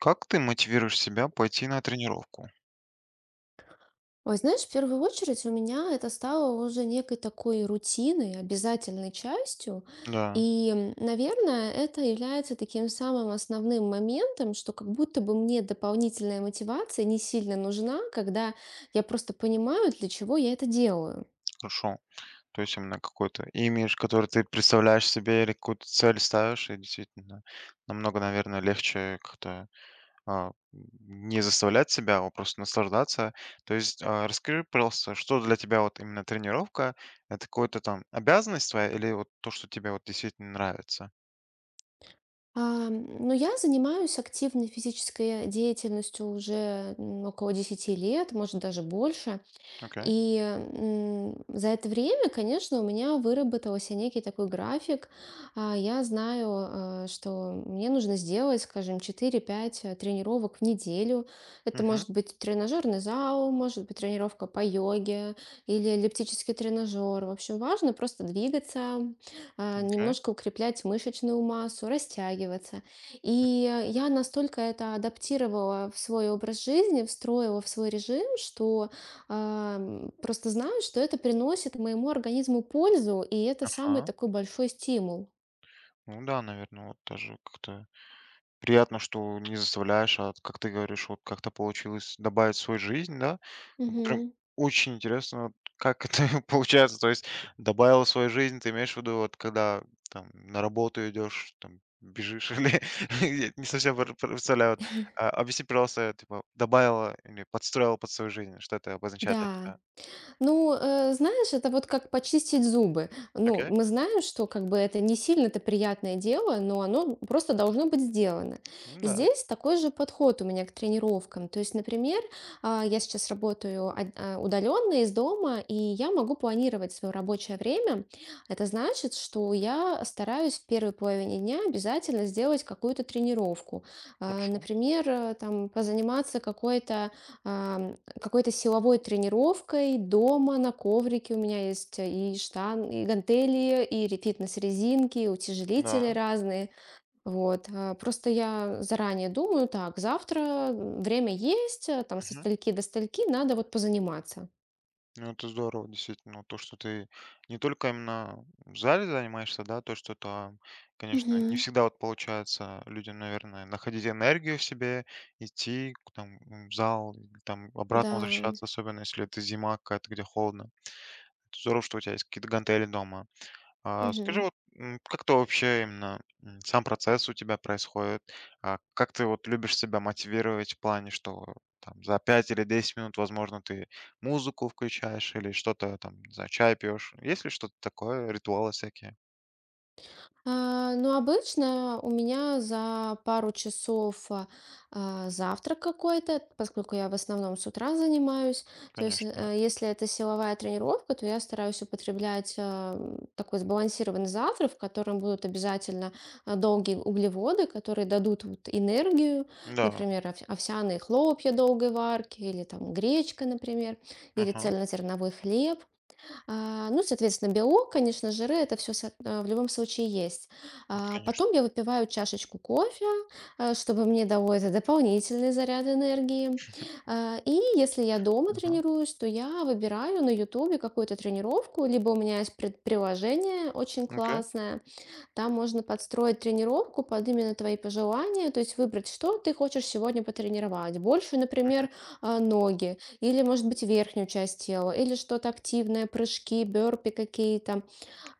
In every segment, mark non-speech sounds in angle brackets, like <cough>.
Как ты мотивируешь себя пойти на тренировку? Ой, знаешь, в первую очередь у меня это стало уже некой такой рутиной, обязательной частью. Да, Наверное, это является таким самым основным моментом, что как будто бы мне дополнительная мотивация не сильно нужна, когда я просто понимаю, для чего я это делаю. хорошо. То есть именно какой-то имидж, который ты представляешь себе или какую-то цель ставишь, и действительно намного, наверное, легче как-то не заставлять себя, а вот просто наслаждаться. То есть расскажи, пожалуйста, что для тебя вот именно тренировка? Это какая-то там обязанность твоя или вот то, что тебе вот действительно нравится? Но я занимаюсь активной физической деятельностью уже около 10 лет, может даже больше. Окей. За это время, конечно, у меня выработался некий такой график. Я знаю, что мне нужно сделать, скажем, четыре-пять тренировок в неделю. Это Мгм. может быть тренажерный зал, может быть тренировка по йоге или эллиптический тренажер. В общем, важно просто двигаться, Окей. немножко укреплять мышечную массу, растягиваться. Я настолько это адаптировала в свой образ жизни, встроила в свой режим, что просто знаю, что это приносит моему организму пользу, и это самый Ага. такой большой стимул. Ну да, наверное, вот тоже как-то приятно, что не заставляешь, а как ты говоришь, вот как-то получилось добавить в свою жизнь, да. Вот прям Мгм. очень интересно, вот как это <laughs> получается. То есть добавил в свою жизнь, ты имеешь в виду, вот когда там на работу идешь, там бежишь <laughs> или я не совсем представляю. Вот, объясни, пожалуйста, типа добавила или подстроила под свою жизнь, что это обозначает для Да. тебя? Ну, знаешь, это вот как почистить зубы. Ну, Окей, мы знаем, что как бы это не сильно-то приятное дело, но оно просто должно быть сделано. ну И да, здесь такой же подход у меня к тренировкам. То есть, например, я сейчас работаю удаленно из дома, и я могу планировать свое рабочее время. Это значит, что я стараюсь в первой половине дня обязательно сделать какую-то тренировку. Хорошо, Например, там позаниматься какой-то силовой тренировкой дома на коврике. У меня есть и штан и гантели, и фитнес-резинки, и да. утяжелители разные. Вот. Просто я заранее думаю, так, завтра время есть, там со стальки до стальки надо вот позаниматься. Ну, это здорово, действительно, вот то, что ты не только именно в зале занимаешься, да, то, что там, конечно, не Мгм. всегда вот получается людям, наверное, находить энергию в себе, идти в зал, или там обратно Да. возвращаться, особенно если это зима какая-то, где холодно. Это здорово, что у тебя есть какие-то гантели дома. А скажи, Мгм. вот, как ты вообще именно сам процесс у тебя происходит? А как ты вот любишь себя мотивировать в плане, что там за 5 или 10 минут, возможно, ты музыку включаешь или что-то там, не знаю, чай пьешь? Есть ли что-то такое, ритуалы всякие? Ну, обычно у меня за пару часов завтрак какой-то, поскольку я в основном с утра занимаюсь. То есть, Конечно, да. Если это силовая тренировка, то я стараюсь употреблять такой сбалансированный завтрак, в котором будут обязательно долгие углеводы, которые дадут вот энергию, Да. например, овсяные хлопья долгой варки, или там гречка, например, или Ага, цельнозерновой хлеб. Ну, соответственно, белок, конечно, жиры — это все в любом случае есть. Конечно. Потом я выпиваю чашечку кофе, чтобы мне дало это дополнительный заряд энергии. И если я дома Ага. тренируюсь, то я выбираю на "Ютубе" какую-то тренировку, либо у меня есть пред приложение очень Окей, классное, там можно подстроить тренировку под именно твои пожелания, то есть выбрать, что ты хочешь сегодня потренировать. Больше, например, ноги, или, может быть, верхнюю часть тела, или что-то активное, прыжки, бёрпи какие-то.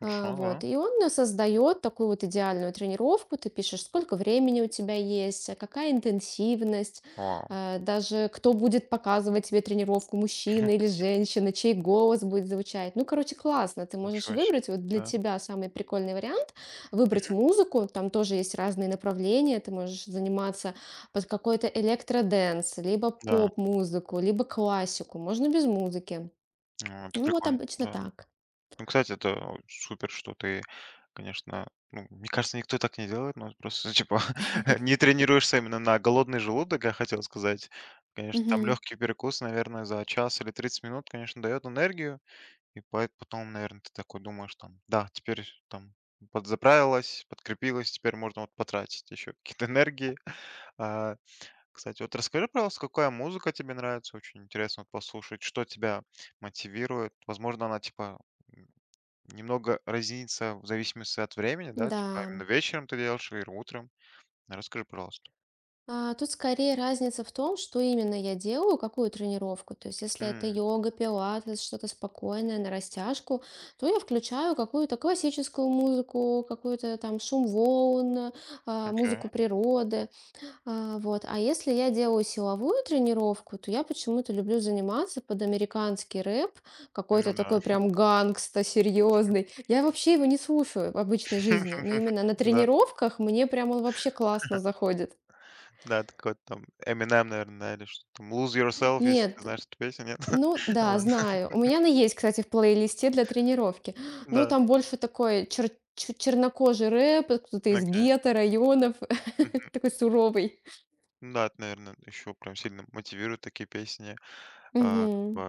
Да. Вот. И он создает такую вот идеальную тренировку. Ты пишешь, сколько времени у тебя есть, а какая интенсивность, Вау, даже кто будет показывать тебе тренировку, мужчина <laughs> или женщина, чей голос будет звучать. Ну, короче, классно. Ты можешь ничего себе. выбрать вот для Да, тебя самый прикольный вариант, выбрать музыку. Там тоже есть разные направления. Ты можешь заниматься под какой-то электроденс, либо да. поп-музыку, либо классику. Можно без музыки. Ну, это Ну, вот прикольно, обычно да. так. Ну, кстати, это супер, что ты, конечно, ну, мне кажется, никто так не делает, но просто, <laughs> типа, <laughs> <laughs> не тренируешься именно на голодный желудок, я хотел сказать. Конечно, там Мгм. легкий перекус, наверное, за час или 30 минут, конечно, дает энергию, и поэт потом, наверное, ты такой думаешь, там, да, теперь там подзаправилась, подкрепилась, теперь можно вот потратить еще какие-то энергии. А, Кстати, вот расскажи, пожалуйста, какая музыка тебе нравится, очень интересно вот послушать, что тебя мотивирует, возможно, она, типа, немного разнится в зависимости от времени, да? Типа Да. именно вечером ты делаешь или утром? Расскажи, пожалуйста. Тут скорее разница в том, что именно я делаю, какую тренировку. То есть, если это М, йога, пилатес, что-то спокойное на растяжку, то я включаю какую-то классическую музыку, какую-то там шум волн, окей. музыку природы. Вот. А если я делаю силовую тренировку, то я почему-то люблю заниматься под американский рэп, Ну какой-то да. такой прям гангста серьезный. Я вообще его не слушаю в обычной жизни, но <laughs> именно на Да, тренировках мне прям он вообще классно заходит. да, такой вот там Eminem, наверное, да, или что там Lose Yourself, если ты Нет. знаешь эту песню, нет? Ну <laughs> да, Ладно. знаю. У меня она есть, кстати, в плейлисте для тренировки. Но Да, там больше такой чернокожий рэп, кто-то из окей. гетто районов, <laughs> такой суровый. Ну да, это, наверное, еще прям сильно мотивирует такие песни. Как бы, Мгм.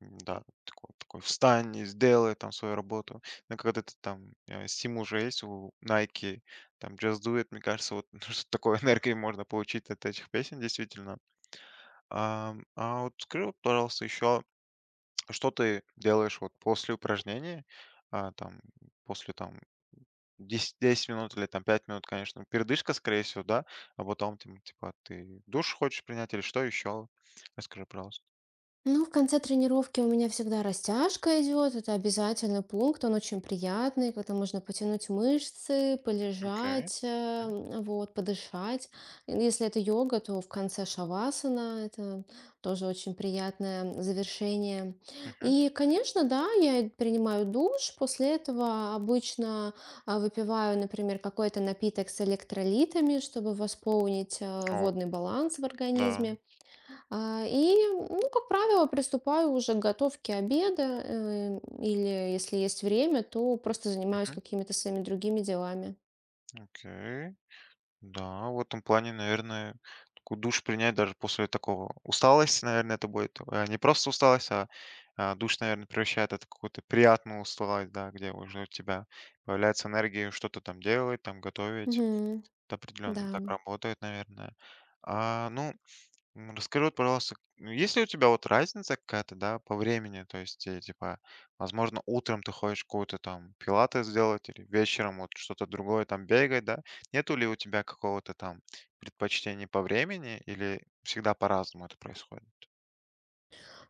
да, такой, такой встань и сделай там свою работу. Но когда ты там стимул уже есть у Nike, там Just Do It, мне кажется, вот <laughs> что такой энергии можно получить от этих песен, действительно. А вот скажи, вот, пожалуйста, еще, что ты делаешь вот после упражнений, а, там, после там десять 10 минут или там 5 минут, конечно, передышка, скорее всего, да? А потом там, типа, ты душ хочешь принять или что еще? Расскажи, пожалуйста. Ну, в конце тренировки у меня всегда растяжка идет, это обязательный пункт, он очень приятный, когда можно потянуть мышцы, Окей. полежать, Мгм. вот, подышать. Если это йога, то в конце шавасана, это тоже очень приятное завершение. Мгм. И, конечно, да, я принимаю душ, после этого обычно выпиваю, например, какой-то напиток с электролитами, чтобы восполнить О, водный баланс в да. организме. И, ну, как правило, приступаю уже к готовке обеда, или если есть время, то просто занимаюсь Мгм. какими-то своими другими делами. Окей. Да, в этом плане, наверное, такой душ принять даже после такого усталости, наверное, это будет. Не просто усталость, душ, наверное, превращает это в какую-то приятную усталость, да, где уже у тебя появляется энергия что-то там делать, там готовить. Мгм. Это Да. определенно так работает, наверное. Ну, расскажи, вот, пожалуйста, ну, есть ли у тебя вот разница какая-то, да, по времени? То есть, типа, возможно, утром ты ходишь какую-то там пилаты сделать или вечером вот что-то другое там бегать, да? Нету ли у тебя какого-то там предпочтения по времени или всегда по-разному это происходит?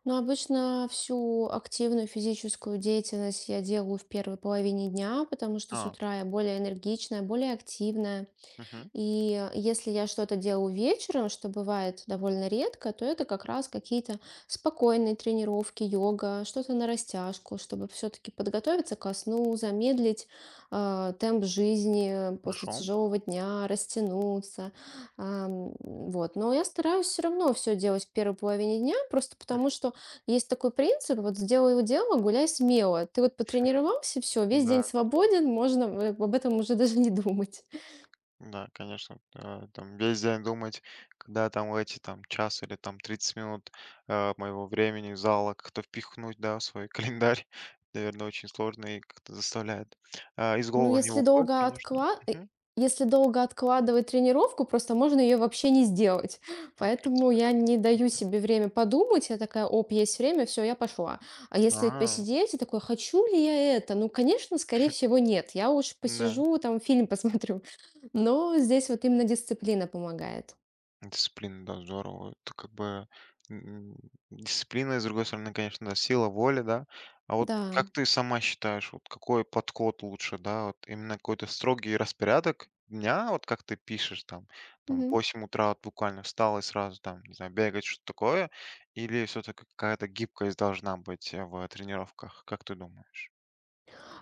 Но обычно всю активную физическую деятельность я делаю в первой половине дня, потому что с А, утра я более энергичная, более активная. Мгм, И если я что-то делаю вечером, что бывает довольно редко, то это как раз какие-то спокойные тренировки, йога, что-то на растяжку, чтобы все-таки подготовиться ко сну, замедлить темп жизни после хорошо. тяжелого дня, растянуться. Вот. Но я стараюсь все равно все делать в первой половине дня, просто потому Мгм. что есть такой принцип, вот сделай его дело, гуляй смело. Ты вот потренировался, все, весь день Да. свободен, можно об этом уже даже не думать. Да, конечно, там весь день думать, когда там в эти там час или там 30 минут моего времени в зала как-то впихнуть, да, в свой календарь, <laughs> наверное, очень сложно и как-то заставляет. Из Ну, головы не если выходит, долго конечно. откла э, Мгм. если долго откладывать тренировку, просто можно ее вообще не сделать. <laughs> Ну, в Поэтому принципе, да. я не даю себе время подумать. Я такая: "Оп, есть время, все, я пошла". А если А, посидеть, я такой: "Хочу ли я это?" Ну, конечно, скорее всего, нет. Я уж да. посижу, там фильм <laughs> посмотрю. Но здесь вот именно дисциплина помогает. Дисциплина, да, здорово. Это как бы м, дисциплина, и, с другой стороны, конечно, да, сила воли, да. А вот Да. как ты сама считаешь, вот какой подход лучше, да, вот именно какой-то строгий распорядок дня, вот как ты пишешь там, там в 8 утра вот буквально встал и сразу там, не знаю, бегать, что-то такое, или все-таки какая-то гибкость должна быть в тренировках, как ты думаешь?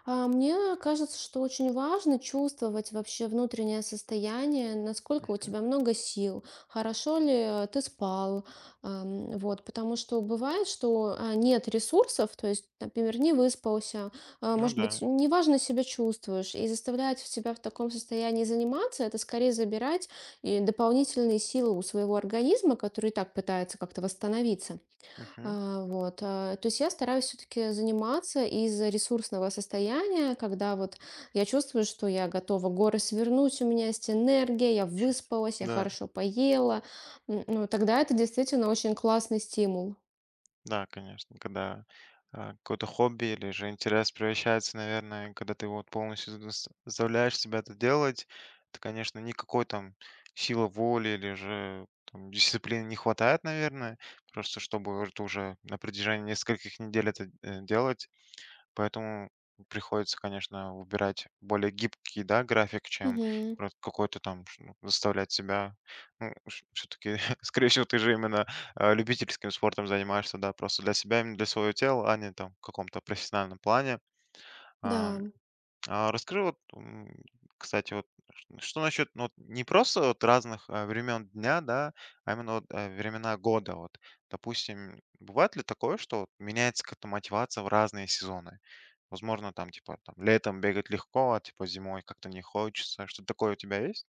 Мне кажется, что очень важно чувствовать вообще внутреннее состояние, насколько у М, тебя много сил, хорошо ли ты спал, вот, потому что бывает, что нет ресурсов, то есть, например, не выспался, Ну может да, быть, неважно себя чувствуешь, и заставлять себя в таком состоянии заниматься, это скорее забирать и дополнительные силы у своего организма, который и так пытается как-то восстановиться. мгм, Вот. То есть я стараюсь все-таки заниматься из ресурсного состояния, когда вот я чувствую, что я готова горы свернуть, у меня есть энергия, я выспалась, я да. хорошо поела. Ну, тогда это действительно очень классный стимул. Да, конечно, когда, какое-то хобби или же интерес превращается, наверное, когда ты вот полностью задас заставляешь себя это делать, то, конечно, никакой там силы воли или же там дисциплины не хватает, наверное, просто чтобы вот уже на протяжении нескольких недель это, делать. Поэтому приходится, конечно, выбирать более гибкий, да, график, чем Мгм. Ну, заставлять себя. Ну, все-таки, <laughs> скорее всего, ты же именно любительским спортом занимаешься, да, просто для себя, именно для своего тела, а не там в каком-то профессиональном плане. Да. А, а расскажи вот, кстати, вот что насчет ну, вот не просто вот разных времен дня, да, а именно вот, времена года. Вот, допустим, бывает ли такое, что вот меняется как-то мотивация в разные сезоны? Возможно, там, типа, там летом бегать легко, а, типа, зимой как-то не хочется. Что-то такое у тебя есть?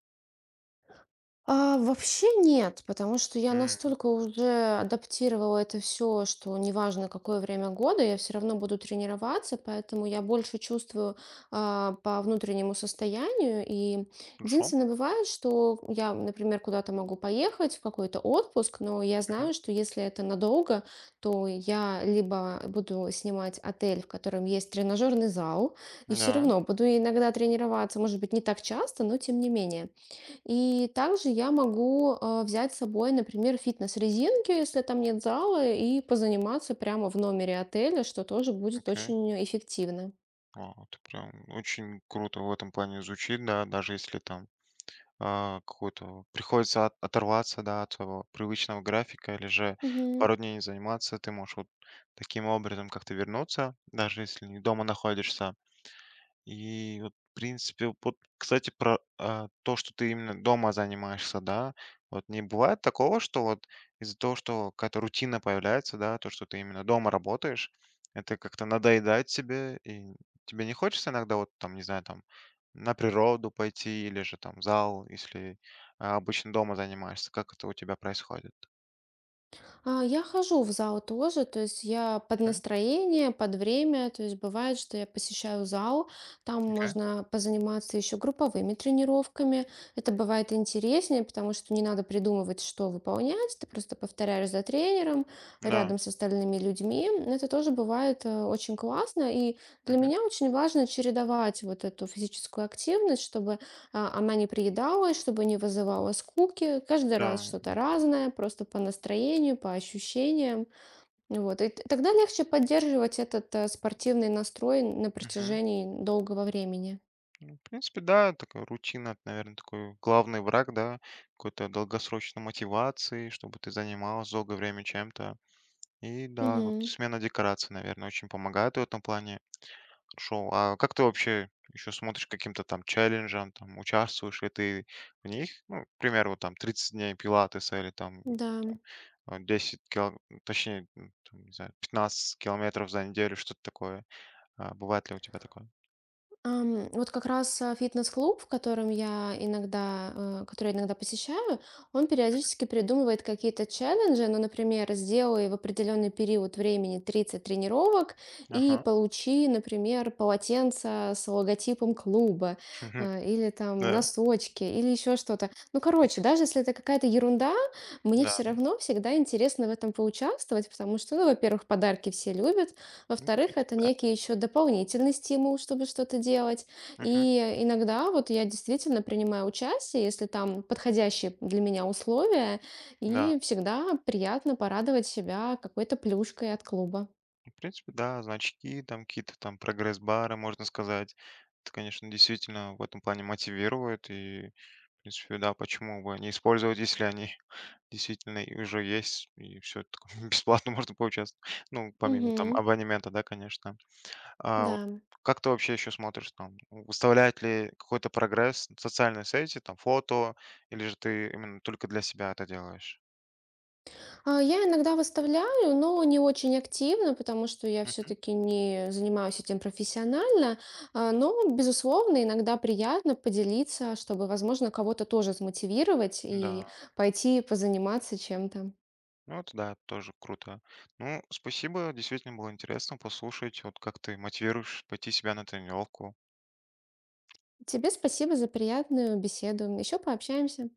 Вообще нет, потому что я М, настолько уже адаптировала это все, что неважно какое время года, я все равно буду тренироваться, поэтому я больше чувствую по внутреннему состоянию. И Хорошо. единственное бывает, что я, например, куда-то могу поехать в какой-то отпуск, но я Мгм. знаю, что если это надолго, то я либо буду снимать отель, в котором есть тренажерный зал, и все Да, равно буду иногда тренироваться, может быть, не так часто, но тем не менее. И также я могу, взять с собой, например, фитнес-резинки, если там нет зала, и позаниматься прямо в номере отеля, что тоже будет окей. очень эффективно. Это прям очень круто в этом плане звучит, да, даже если там какой-то приходится оторваться, да, от своего привычного графика или же Мгм. пару дней не заниматься, ты можешь вот таким образом как-то вернуться, даже если не дома находишься. И вот, в принципе, вот, кстати, про то, что ты именно дома занимаешься, да, вот не бывает такого, что вот из-за того, что какая-то рутина появляется, да, то, что ты именно дома работаешь, это как-то надоедает тебе, и тебе не хочется иногда вот там, не знаю, там на природу пойти или же там в зал, если обычно дома занимаешься, как это у тебя происходит? Я хожу в зал тоже, то есть я под Мгм. настроение, под время, то есть бывает, что я посещаю зал, там Окей. можно позаниматься еще групповыми тренировками. Это бывает интереснее, потому что не надо придумывать, что выполнять, ты просто повторяешь за тренером, Да. рядом с остальными людьми. Это тоже бывает очень классно, и для Мгм. меня очень важно чередовать вот эту физическую активность, чтобы она не приедалась, чтобы не вызывала скуки. Каждый раз Да. что-то разное, просто по настроению, по ощущениям. Вот. И тогда легче поддерживать этот спортивный настрой на Мгм. протяжении долгого времени. Ну, в принципе, да, такая рутина, наверное, такой главный враг, да, какой-то долгосрочной мотивации, чтобы ты занималась долгое время чем-то. И да, вот Мгм. смена декораций, наверное, очень помогает в этом плане. Хорошо. А как ты вообще еще смотришь к каким-то там челленджам, там, участвуешь ли ты в них? Ну, к примеру, вот там, 30 дней пилатеса или там Да. 10 точнее, там, не знаю, 15 километров за неделю, что-то такое. Бывает ли у тебя такое? Вот как раз, фитнес-клуб, в котором я иногда, э, который я иногда посещаю, он периодически придумывает какие-то челленджи. Ну, например, сделай в определенный период времени 30 тренировок и Ага. получи, например, полотенце с логотипом клуба, <laughs> или там Да, носочки, или еще что-то. Ну, короче, даже если это какая-то ерунда, мне да. все равно всегда интересно в этом поучаствовать, потому что, ну, во-первых, подарки все любят, Ну, в во-вторых, принципе, это да. некий еще дополнительный стимул, чтобы что-то делать. Мгм. И иногда вот я действительно принимаю участие, если там подходящие для меня условия, Да, и всегда приятно порадовать себя какой-то плюшкой от клуба. ну, в принципе, да, значки, там какие-то там прогресс-бары, можно сказать. Это, конечно, действительно в этом плане мотивирует. И, в принципе, да, почему бы не использовать, если они <laughs> действительно и уже есть, и все это <laughs> бесплатно можно получать. Ну, помимо там Мгм. абонемента, да, конечно. А вот Да. как ты вообще еще смотришь там? Выставляет ли какой-то прогресс в социальной сети, там, фото, или же ты именно только для себя это делаешь? Я иногда выставляю, но не очень активно, потому что я Мгм. все-таки не занимаюсь этим профессионально. Но, безусловно, иногда приятно поделиться, чтобы, возможно, кого-то тоже смотивировать и Да. пойти позаниматься чем-то. Ну, это да, тоже круто. Ну, спасибо, действительно было интересно послушать, вот как ты мотивируешь пойти себя на тренировку. Тебе спасибо за приятную беседу. Еще пообщаемся.